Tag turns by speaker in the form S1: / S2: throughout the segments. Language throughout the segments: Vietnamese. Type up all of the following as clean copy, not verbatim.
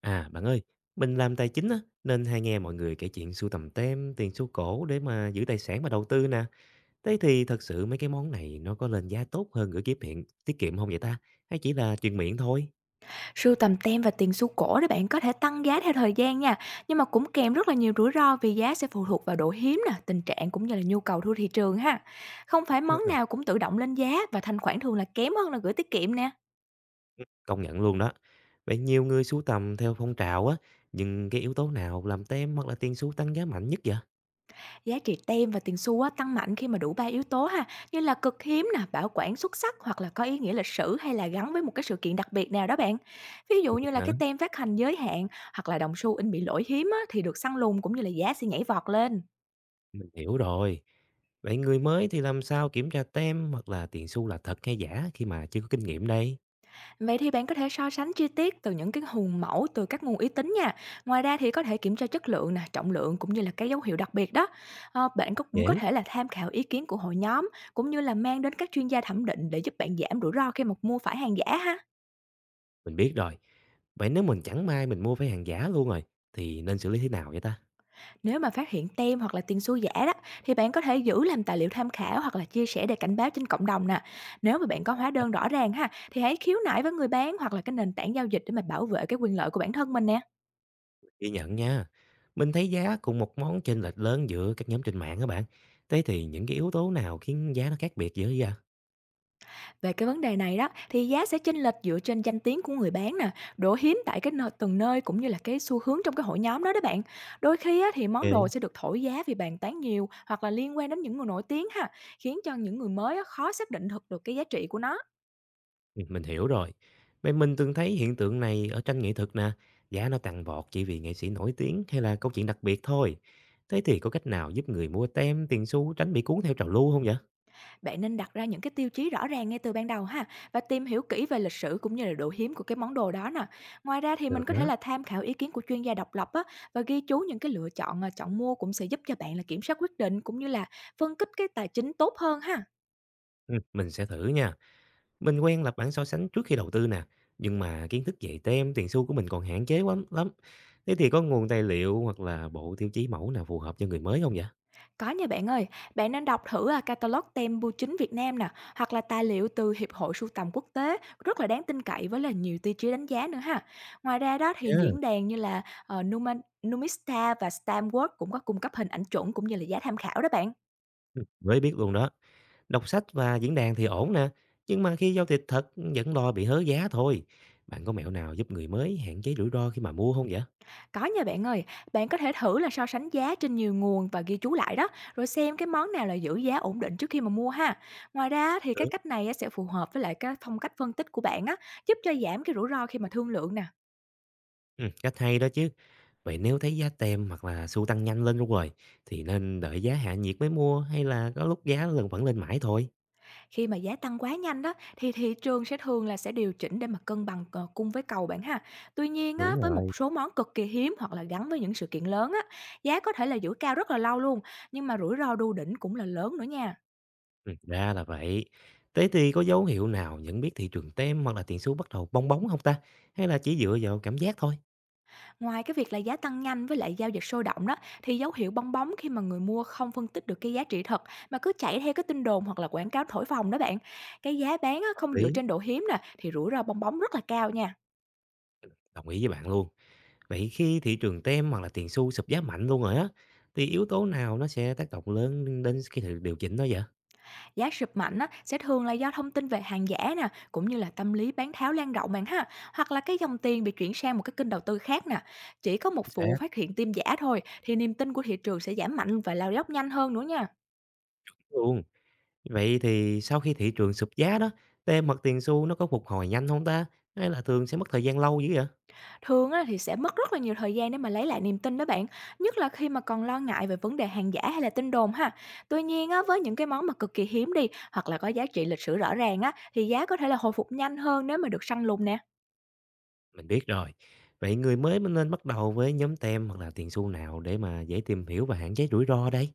S1: À, bạn ơi, mình làm tài chính á, nên hay nghe mọi người kể chuyện sưu tầm tem, tiền xu cổ để mà giữ tài sản và đầu tư nè. Thế thì thật sự mấy cái món này nó có lên giá tốt hơn gửi kiếp hiện tiết kiệm không vậy ta? Hay chỉ là truyền miệng thôi?
S2: Sưu tầm tem và tiền xu cổ để bạn có thể tăng giá theo thời gian nha, nhưng mà cũng kèm rất là nhiều rủi ro vì giá sẽ phụ thuộc vào độ hiếm nè, tình trạng cũng như là nhu cầu thu thị trường ha. Không phải món
S1: Ừ,
S2: nào cũng tự động lên giá, và thanh khoản thường là kém hơn là gửi tiết kiệm nè.
S1: công nhận luôn đó. Vậy nhiều người sưu tầm theo phong trào á, nhưng cái yếu tố nào làm tem hoặc là tiền xu tăng giá mạnh nhất vậy?
S2: Giá trị tem và tiền xu á, tăng mạnh khi mà đủ ba yếu tố ha, như là cực hiếm nè, bảo quản xuất sắc, hoặc là có ý nghĩa lịch sử hay là gắn với một cái sự kiện đặc biệt nào đó bạn. Ví dụ
S1: Vậy
S2: như là cái
S1: hả?
S2: tem phát hành giới hạn, hoặc là đồng xu in bị lỗi hiếm á, thì được săn lùng cũng như là giá sẽ nhảy vọt lên.
S1: Mình hiểu rồi. Vậy người mới thì làm sao kiểm tra tem hoặc là tiền xu là thật hay giả khi mà chưa có kinh nghiệm đây?
S2: Vậy thì bạn có thể so sánh chi tiết từ những cái hùng mẫu từ các nguồn uy tín nha. Ngoài ra thì có thể kiểm tra chất lượng nè, trọng lượng, cũng như là cái dấu hiệu đặc biệt đó.
S1: Không
S2: Cũng
S1: dễ.
S2: có thể là tham khảo ý kiến của hội nhóm, cũng như là mang đến các chuyên gia thẩm định để giúp bạn giảm rủi ro khi mà mua phải hàng giả ha.
S1: Mình biết rồi. Vậy nếu mình chẳng may mình mua phải hàng giả luôn rồi, thì nên xử lý thế nào vậy ta?
S2: Nếu mà phát hiện tem hoặc là tiền xu giả đó, thì bạn có thể giữ làm tài liệu tham khảo, hoặc là chia sẻ để cảnh báo trên cộng đồng nè. Nếu mà bạn có hóa đơn rõ ràng ha, thì hãy khiếu nại với người bán hoặc là cái nền tảng giao dịch để mà bảo vệ cái quyền lợi của bản thân mình nè.
S1: Ghi nhận nha. Mình thấy giá cùng một món chênh lệch lớn giữa các nhóm trên mạng các bạn. Thế thì những cái yếu tố nào khiến giá nó khác biệt dữ vậy?
S2: Về cái vấn đề này đó, thì giá sẽ chênh lệch dựa trên danh tiếng của người bán nè, độ hiếm tại cái nơi từng nơi, cũng như là cái xu hướng trong cái hội nhóm đó đó bạn. Đôi khi á, thì món đồ
S1: Ok,
S2: sẽ được thổi giá vì bàn tán nhiều, hoặc là liên quan đến những người nổi tiếng ha, khiến cho những người mới á, khó xác định thực được cái giá trị của nó.
S1: ừ, mình hiểu rồi. Vậy mình từng thấy hiện tượng này ở tranh nghệ thuật nè. Giá nó tăng vọt chỉ vì nghệ sĩ nổi tiếng hay là câu chuyện đặc biệt thôi. Thế thì có cách nào giúp người mua tem, tiền xu tránh bị cuốn theo trào lưu không vậy?
S2: Bạn nên đặt ra những cái tiêu chí rõ ràng ngay từ ban đầu ha, và tìm hiểu kỹ về lịch sử cũng như là độ hiếm của cái món đồ đó nè. Ngoài ra thì
S1: Được
S2: mình có
S1: đó.
S2: thể là tham khảo ý kiến của chuyên gia độc lập á, và ghi chú những cái lựa chọn à, chọn mua cũng sẽ giúp cho bạn là kiểm soát quyết định, cũng như là phân tích cái tài chính tốt hơn ha.
S1: Ừ, mình sẽ thử nha. Mình quen lập bảng so sánh trước khi đầu tư nè, nhưng mà kiến thức về tem, tiền xu của mình còn hạn chế lắm lắm. Thế thì có nguồn tài liệu hoặc là bộ tiêu chí mẫu nào phù hợp cho người mới không vậy?
S2: Có nha bạn ơi, bạn nên đọc thử à, catalog tem bưu chính Việt Nam nè, hoặc là tài liệu từ Hiệp hội Sưu tầm Quốc tế, rất là đáng tin cậy với là nhiều tiêu chí đánh giá nữa ha. Ngoài ra đó thì
S1: Yeah.
S2: diễn đàn như là ờ, Numa- Numista và Stamworks cũng có cung cấp hình ảnh chuẩn, cũng như là giá tham khảo đó bạn.
S1: Ừ, mới biết luôn đó. Đọc sách và diễn đàn thì ổn nè, nhưng mà khi giao dịch thật vẫn lo bị hớ giá thôi. Bạn có mẹo nào giúp người mới hạn chế rủi ro khi mà mua không vậy?
S2: Có nha bạn ơi, bạn có thể thử là so sánh giá trên nhiều nguồn và ghi chú lại đó, rồi xem cái món nào là giữ giá ổn định trước khi mà mua ha. Ngoài ra thì cái
S1: Được.
S2: cách này á, sẽ phù hợp với lại cái phong cách phân tích của bạn á, giúp cho giảm cái rủi ro khi mà thương lượng nè.
S1: Ừ, cách hay đó chứ. Vậy nếu thấy giá tem hoặc là xu tăng nhanh lên luôn rồi, thì nên đợi giá hạ nhiệt mới mua hay là có lúc giá lần vẫn lên mãi thôi?
S2: Khi mà giá tăng quá nhanh đó, thì thị trường sẽ thường là sẽ điều chỉnh để mà cân bằng cung với cầu bạn ha. Tuy nhiên á,
S1: Đúng
S2: với
S1: rồi.
S2: một số món cực kỳ hiếm hoặc là gắn với những sự kiện lớn á, giá có thể là giữ cao rất là lâu luôn, nhưng mà rủi ro đu đỉnh cũng là lớn nữa nha.
S1: Ra là vậy. Thế thì có dấu hiệu nào nhận biết thị trường tem hoặc là tiền số bắt đầu bong bóng không ta? Hay là chỉ dựa vào cảm giác thôi?
S2: Ngoài cái việc là giá tăng nhanh với lại giao dịch sôi động đó, thì dấu hiệu bong bóng khi mà người mua không phân tích được cái giá trị thật, mà cứ chạy theo cái tin đồn hoặc là quảng cáo thổi phồng đó bạn. Cái giá bán á,
S1: Hợp
S2: không dựa
S1: lý.
S2: trên độ hiếm nè, thì rủi ro bong bóng rất là cao nha.
S1: Đồng ý với bạn luôn. Vậy khi thị trường tem hoặc là tiền xu sụp giá mạnh luôn rồi á, thì yếu tố nào nó sẽ tác động lớn đến cái sự điều chỉnh đó vậy?
S2: Giá sụp mạnh á, sẽ thường là do thông tin về hàng giả nè, cũng như là tâm lý bán tháo lan rộng bạn ha, hoặc là cái dòng tiền bị chuyển sang một cái kênh đầu tư khác nè. Chỉ có một
S1: Chính
S2: vụ
S1: xác.
S2: phát hiện tin giả thôi, thì niềm tin của thị trường sẽ giảm mạnh và lao dốc nhanh hơn nữa nha.
S1: Luôn. Vậy thì sau khi thị trường sụp giá đó, tem hoặc tiền xu nó có phục hồi nhanh không ta? Hay là thường sẽ mất thời gian lâu dữ vậy?
S2: Thường á, thì sẽ mất rất là nhiều thời gian để mà lấy lại niềm tin đó bạn, nhất là khi mà còn lo ngại về vấn đề hàng giả hay là tin đồn ha. Tuy nhiên á, với những cái món mà cực kỳ hiếm đi, hoặc là có giá trị lịch sử rõ ràng á, thì giá có thể là hồi phục nhanh hơn nếu mà được săn lùng nè.
S1: Mình biết rồi. Vậy người mới mới nên bắt đầu với nhóm tem hoặc là tiền xu nào để mà dễ tìm hiểu và hạn chế rủi ro đây?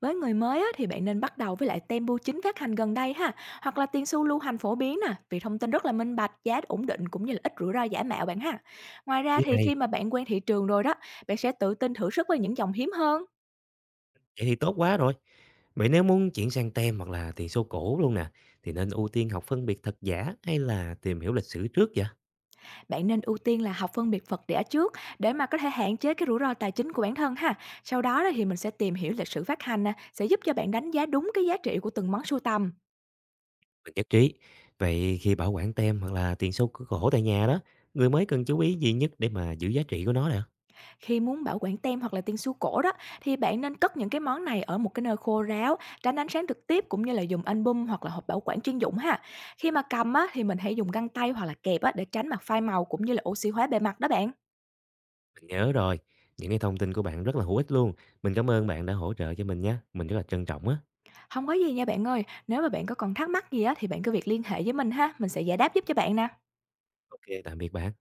S2: Với người mới á, thì bạn nên bắt đầu với lại tempo chính phát hành gần đây ha, hoặc là tiền xu lưu hành phổ biến nè, vì thông tin rất là minh bạch, giá ổn định, cũng như là ít rủi ro giả mạo bạn ha. Ngoài ra
S1: Biết
S2: thì
S1: ngay,
S2: khi mà bạn quen thị trường rồi đó, bạn sẽ tự tin thử sức với những dòng hiếm hơn.
S1: vậy thì tốt quá rồi. Vậy nếu muốn chuyển sang tem hoặc là tiền xu cổ luôn nè, thì nên ưu tiên học phân biệt thật giả hay là tìm hiểu lịch sử trước vậy?
S2: Bạn nên ưu tiên là học phân biệt vật đẻ trước, để mà có thể hạn chế cái rủi ro tài chính của bản thân ha. Sau đó thì mình sẽ tìm hiểu lịch sử phát hành nè, sẽ giúp cho bạn đánh giá đúng cái giá trị của từng món sưu tầm.
S1: Mình nhất trí. Vậy khi bảo quản tem hoặc là tiền xu cổ tại nhà đó, người mới cần chú ý gì nhất để mà giữ giá trị của nó nè?
S2: Khi muốn bảo quản tem hoặc là tiên xu cổ đó, thì bạn nên cất những cái món này ở một cái nơi khô ráo, tránh ánh sáng trực tiếp, cũng như là dùng album hoặc là hộp bảo quản chuyên dụng ha. Khi mà cầm á, thì mình hãy dùng găng tay hoặc là kẹp á để tránh mặt phai màu, cũng như là oxy hóa bề mặt đó bạn.
S1: Mình nhớ rồi. Những cái thông tin của bạn rất là hữu ích luôn. Mình cảm ơn bạn đã hỗ trợ cho mình nhé. Mình rất là trân trọng á.
S2: Không có gì nha bạn ơi, nếu mà bạn có còn thắc mắc gì á, thì bạn cứ việc liên hệ với mình ha, mình sẽ giải đáp giúp cho bạn nè.
S1: Ok, tạm biệt bạn.